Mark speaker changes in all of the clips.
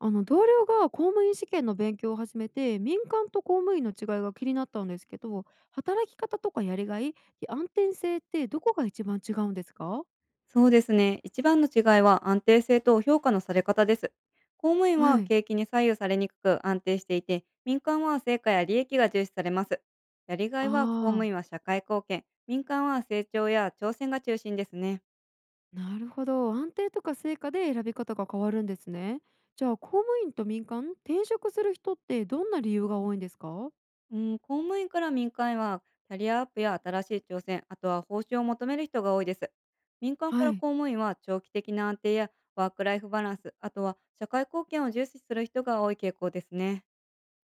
Speaker 1: あの同僚が公務員試験の勉強を始めて、民間と公務員の違いが気になったんですけど、働き方とかやりがい、安定性ってどこが一番違うんですか？
Speaker 2: そうですね。一番の違いは安定性と評価のされ方です。公務員
Speaker 1: は
Speaker 2: は
Speaker 1: い。
Speaker 2: 景気に左右されにくく安定していて、民間は成果や利益が重視されます。やりが
Speaker 1: あ
Speaker 2: いは公務
Speaker 1: あ、
Speaker 2: 員は社会貢献、民間は成長や挑戦が中心ですね。
Speaker 1: なるほど。安定とか成果で選び方が変わるんですね。じゃあ公務員と民間転職する人ってどんな理由が多いんですか？
Speaker 2: うん、公務員から民間へはキャリアアップや新しい挑戦、あとは報酬を求める人が多いです。民間か
Speaker 1: は
Speaker 2: ら
Speaker 1: い。
Speaker 2: 公務員は長期的な安定やワークライフバランス、あとは社会貢献を重視する人が多い傾向ですね。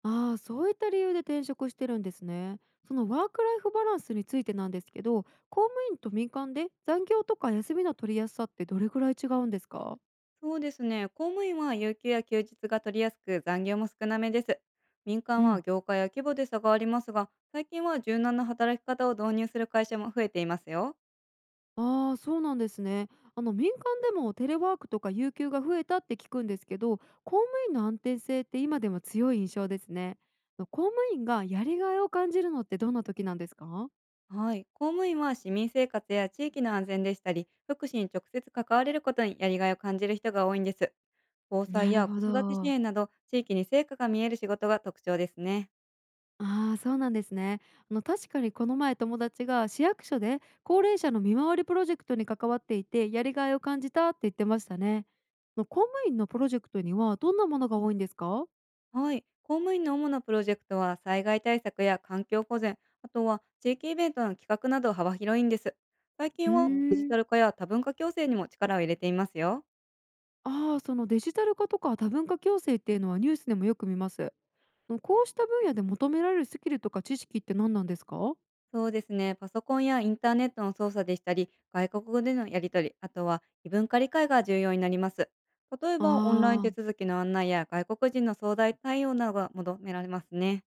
Speaker 1: ああ、そういった理由で転職してるんですね。そのワークライフバランスについてなんですけど、公務員と民間で残業とか休みの取りやすさってどれぐらい違うんですか？
Speaker 2: そうですね。公務員は有給や休日が取りやすく残業も少なめです。民
Speaker 1: う
Speaker 2: 間は
Speaker 1: ん、
Speaker 2: 業界や規模で差がありますが、最近は柔軟な働き方を導入する会社も増えていますよ。
Speaker 1: ああ、そうなんですね。あの民間でもテレワークとか有給が増えたって聞くんですけど、公務員の安定性って今でも強い印象ですね。公務員がやりがいを感じるのってどんな時なんですか？
Speaker 2: はい。公務員は市民生活や地域の安全でしたり、福祉に直接関われることにやりがいを感じる人が多いんです。防
Speaker 1: な
Speaker 2: 災
Speaker 1: る
Speaker 2: や
Speaker 1: ほ
Speaker 2: 子育て支
Speaker 1: ど。
Speaker 2: 援など、地域に成果が見える仕事が特徴ですね。
Speaker 1: ああ、そうなんですね。あの確かにこの前友達が市役所で高齢者の見回りプロジェクトに関わっていてやりがいを感じたって言ってましたね。あの公務員のプロジェクトにはどんなものが多いんですか？
Speaker 2: はい。公務員の主なプロジェクトは災害対策や環境保全、あとは地域イベントの企画など幅広いんです。最
Speaker 1: う
Speaker 2: 近
Speaker 1: ー
Speaker 2: はデジ
Speaker 1: ん。
Speaker 2: タル化や多文化共生にも力を入れていますよ。
Speaker 1: ああー、そのデジタル化とか多文化共生っていうのはニュースでもよく見ます。あのこうした分野で求められるスキルとか知識って何なんですか？
Speaker 2: そうですね。パソコンやインターネットの操作でしたり、外国語でのやり取り、あとは異文化理解が重要になります。例えばオンライン
Speaker 1: あ
Speaker 2: 手
Speaker 1: あー。
Speaker 2: 続きの案内や外国人の相談対応などが求められますね。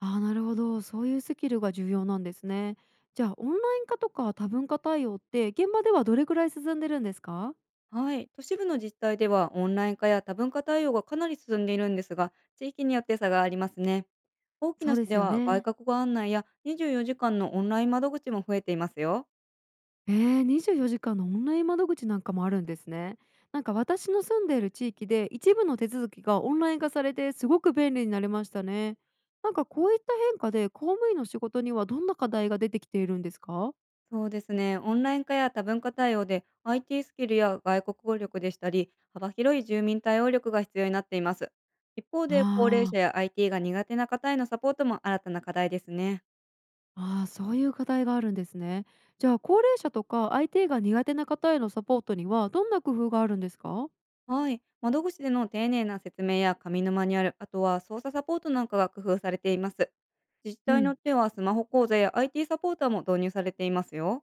Speaker 1: ああ、なるほど。そういうスキルが重要なんですね。じゃあ、オンライン化とか多文化対応って現場ではどれくらい進んでるんですか？
Speaker 2: はい、都市部の自治体ではオンライン化や多文化対応がかなり進んでいるんですが、地域によって差がありますね。大き
Speaker 1: そ
Speaker 2: な
Speaker 1: うで
Speaker 2: 市で
Speaker 1: すよ
Speaker 2: は外
Speaker 1: ね。
Speaker 2: 国語案内や24時間のオンライン窓口も増えていますよ。
Speaker 1: 24時間のオンライン窓口なんかもあるんですね。なんか私の住んでいる地域で一部の手続きがオンライン化されてすごく便利になりましたね。なんかこういった変化で公務員の仕事にはどんな課題が出てきているんですか？
Speaker 2: そうですね、オンライン化や多文化対応で IT スキルや外国語力でしたり、幅広い住民対応力が必要になっています。一方で高齢
Speaker 1: あ
Speaker 2: 者や IT が苦手な方へのサポートも新たな課題ですね。
Speaker 1: ああ、そういう課題があるんですね。じゃあ、高齢者とか IT が苦手な方へのサポートにはどんな工夫があるんですか？
Speaker 2: はい。窓口での丁寧な説明や紙のマニュアル、あとは操作サポートなんかが工夫されています。自治
Speaker 1: う
Speaker 2: 体によ
Speaker 1: ん、
Speaker 2: ってはスマホ講座や IT サポーターも導入されていますよ。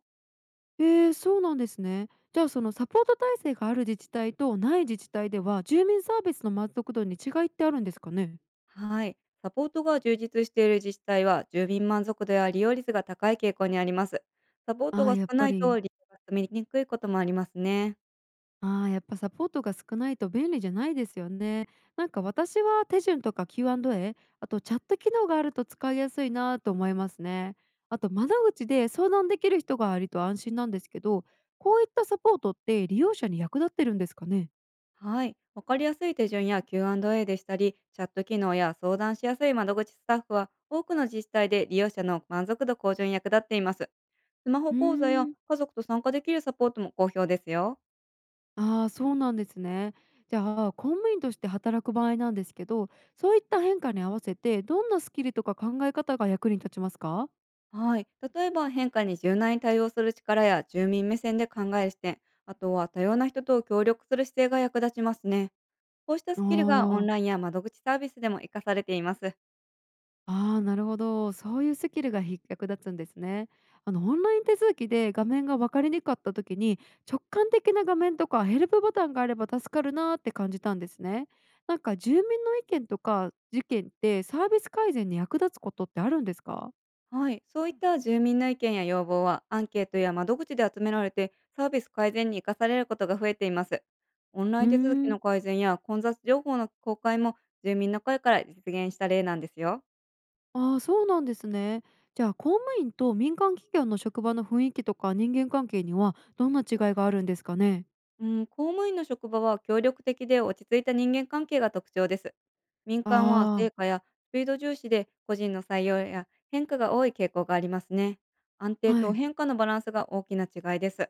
Speaker 1: ええ、そうなんですね。じゃあ、そのサポート体制がある自治体とない自治体では、住民サービスの満足度に違いってあるんですかね？
Speaker 2: はい。サポートが充実している自治体は、住民満足度や利用率が高い傾向にあります。サポート
Speaker 1: ああ
Speaker 2: が
Speaker 1: ー、やっ
Speaker 2: 少な
Speaker 1: ぱ
Speaker 2: いと
Speaker 1: り、
Speaker 2: 利用が進みにくいこともありますね。
Speaker 1: ああ、やっぱサポートが少ないと便利じゃないですよね。なんか私は手順とか Q&A、あとチャット機能があると使いやすいなと思いますね。あと窓口で相談できる人がいると安心なんですけど、こういったサポートって利用者に役立ってるんですかね？
Speaker 2: はい。わかりやすい手順や Q&A でしたり、チャット機能や相談しやすい窓口スタッフは、多くの自治体で利用者の満足度向上に役立っています。スマ
Speaker 1: う
Speaker 2: ホ
Speaker 1: ー
Speaker 2: 講座や
Speaker 1: ん、
Speaker 2: 家族と参加できるサポートも好評ですよ。
Speaker 1: ああ、そうなんですね。じゃあ公務員として働く場合なんですけど、そういった変化に合わせてどんなスキルとか考え方が役に立ちますか？
Speaker 2: はい。例えば変化に柔軟に対応する力や住民目線で考える視点、あとは多様な人と協力する姿勢が役立ちますね。こうした
Speaker 1: あ
Speaker 2: ス
Speaker 1: あ
Speaker 2: キルがオン
Speaker 1: ー。
Speaker 2: ラインや窓口サービスでも活かされています。
Speaker 1: ああ、なるほど。そういうスキルが役立つんですね。あのオンライン手続きで画面が分かりにくかった時に、直感的な画面とかヘルプボタンがあれば助かるなーって感じたんですね。なんか住民の意見とか事件ってサービス改善に役立つことってあるんですか？
Speaker 2: はい、そういった住民の意見や要望はアンケートや窓口で集められてサービス改善に生かされることが増えています。オンラ
Speaker 1: う
Speaker 2: イ
Speaker 1: ー
Speaker 2: ン手続き
Speaker 1: ん。
Speaker 2: の改善や混雑情報の公開も住民の声から実現した例なんですよ。
Speaker 1: ああ、そうなんですね。じゃあ公務員と民間企業の職場の雰囲気とか人間関係にはどんな違いがあるんですかね？
Speaker 2: うん、公務員の職場は協力的で落ち着いた人間関係が特徴です。民
Speaker 1: あ
Speaker 2: 間は
Speaker 1: あー、
Speaker 2: 成果やスピード重視で個人の採用や変化が多い傾向がありますね。安定
Speaker 1: は
Speaker 2: と
Speaker 1: い。
Speaker 2: 変化のバランスが大きな違いです。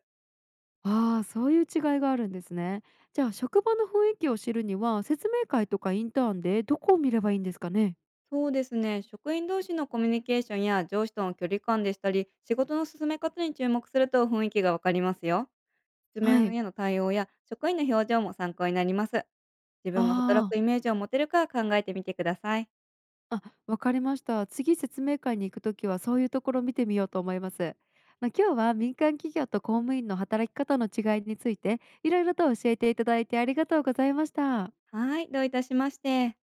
Speaker 1: ああ、そういう違いがあるんですね。じゃあ、職場の雰囲気を知るには、説明会とかインターンでどこを見ればいいんですかね？
Speaker 2: そうですね。職員同士のコミュニケーションや上司との距離感でしたり、仕事の進め方に注目すると雰囲気がわかりますよ。図
Speaker 1: は
Speaker 2: 面
Speaker 1: い。
Speaker 2: への対応や職員の表情も参考になります。自
Speaker 1: あ
Speaker 2: 分が働
Speaker 1: あ、
Speaker 2: くイメージを持てるか考えてみてください。
Speaker 1: あ、わかりました。次説明会に行くときはそういうところを見てみようと思います。ま、今日は民間企業と公務員の働き方の違いについて、いろいろと教えていただいてありがとうございました。
Speaker 2: はい、どういたしまして。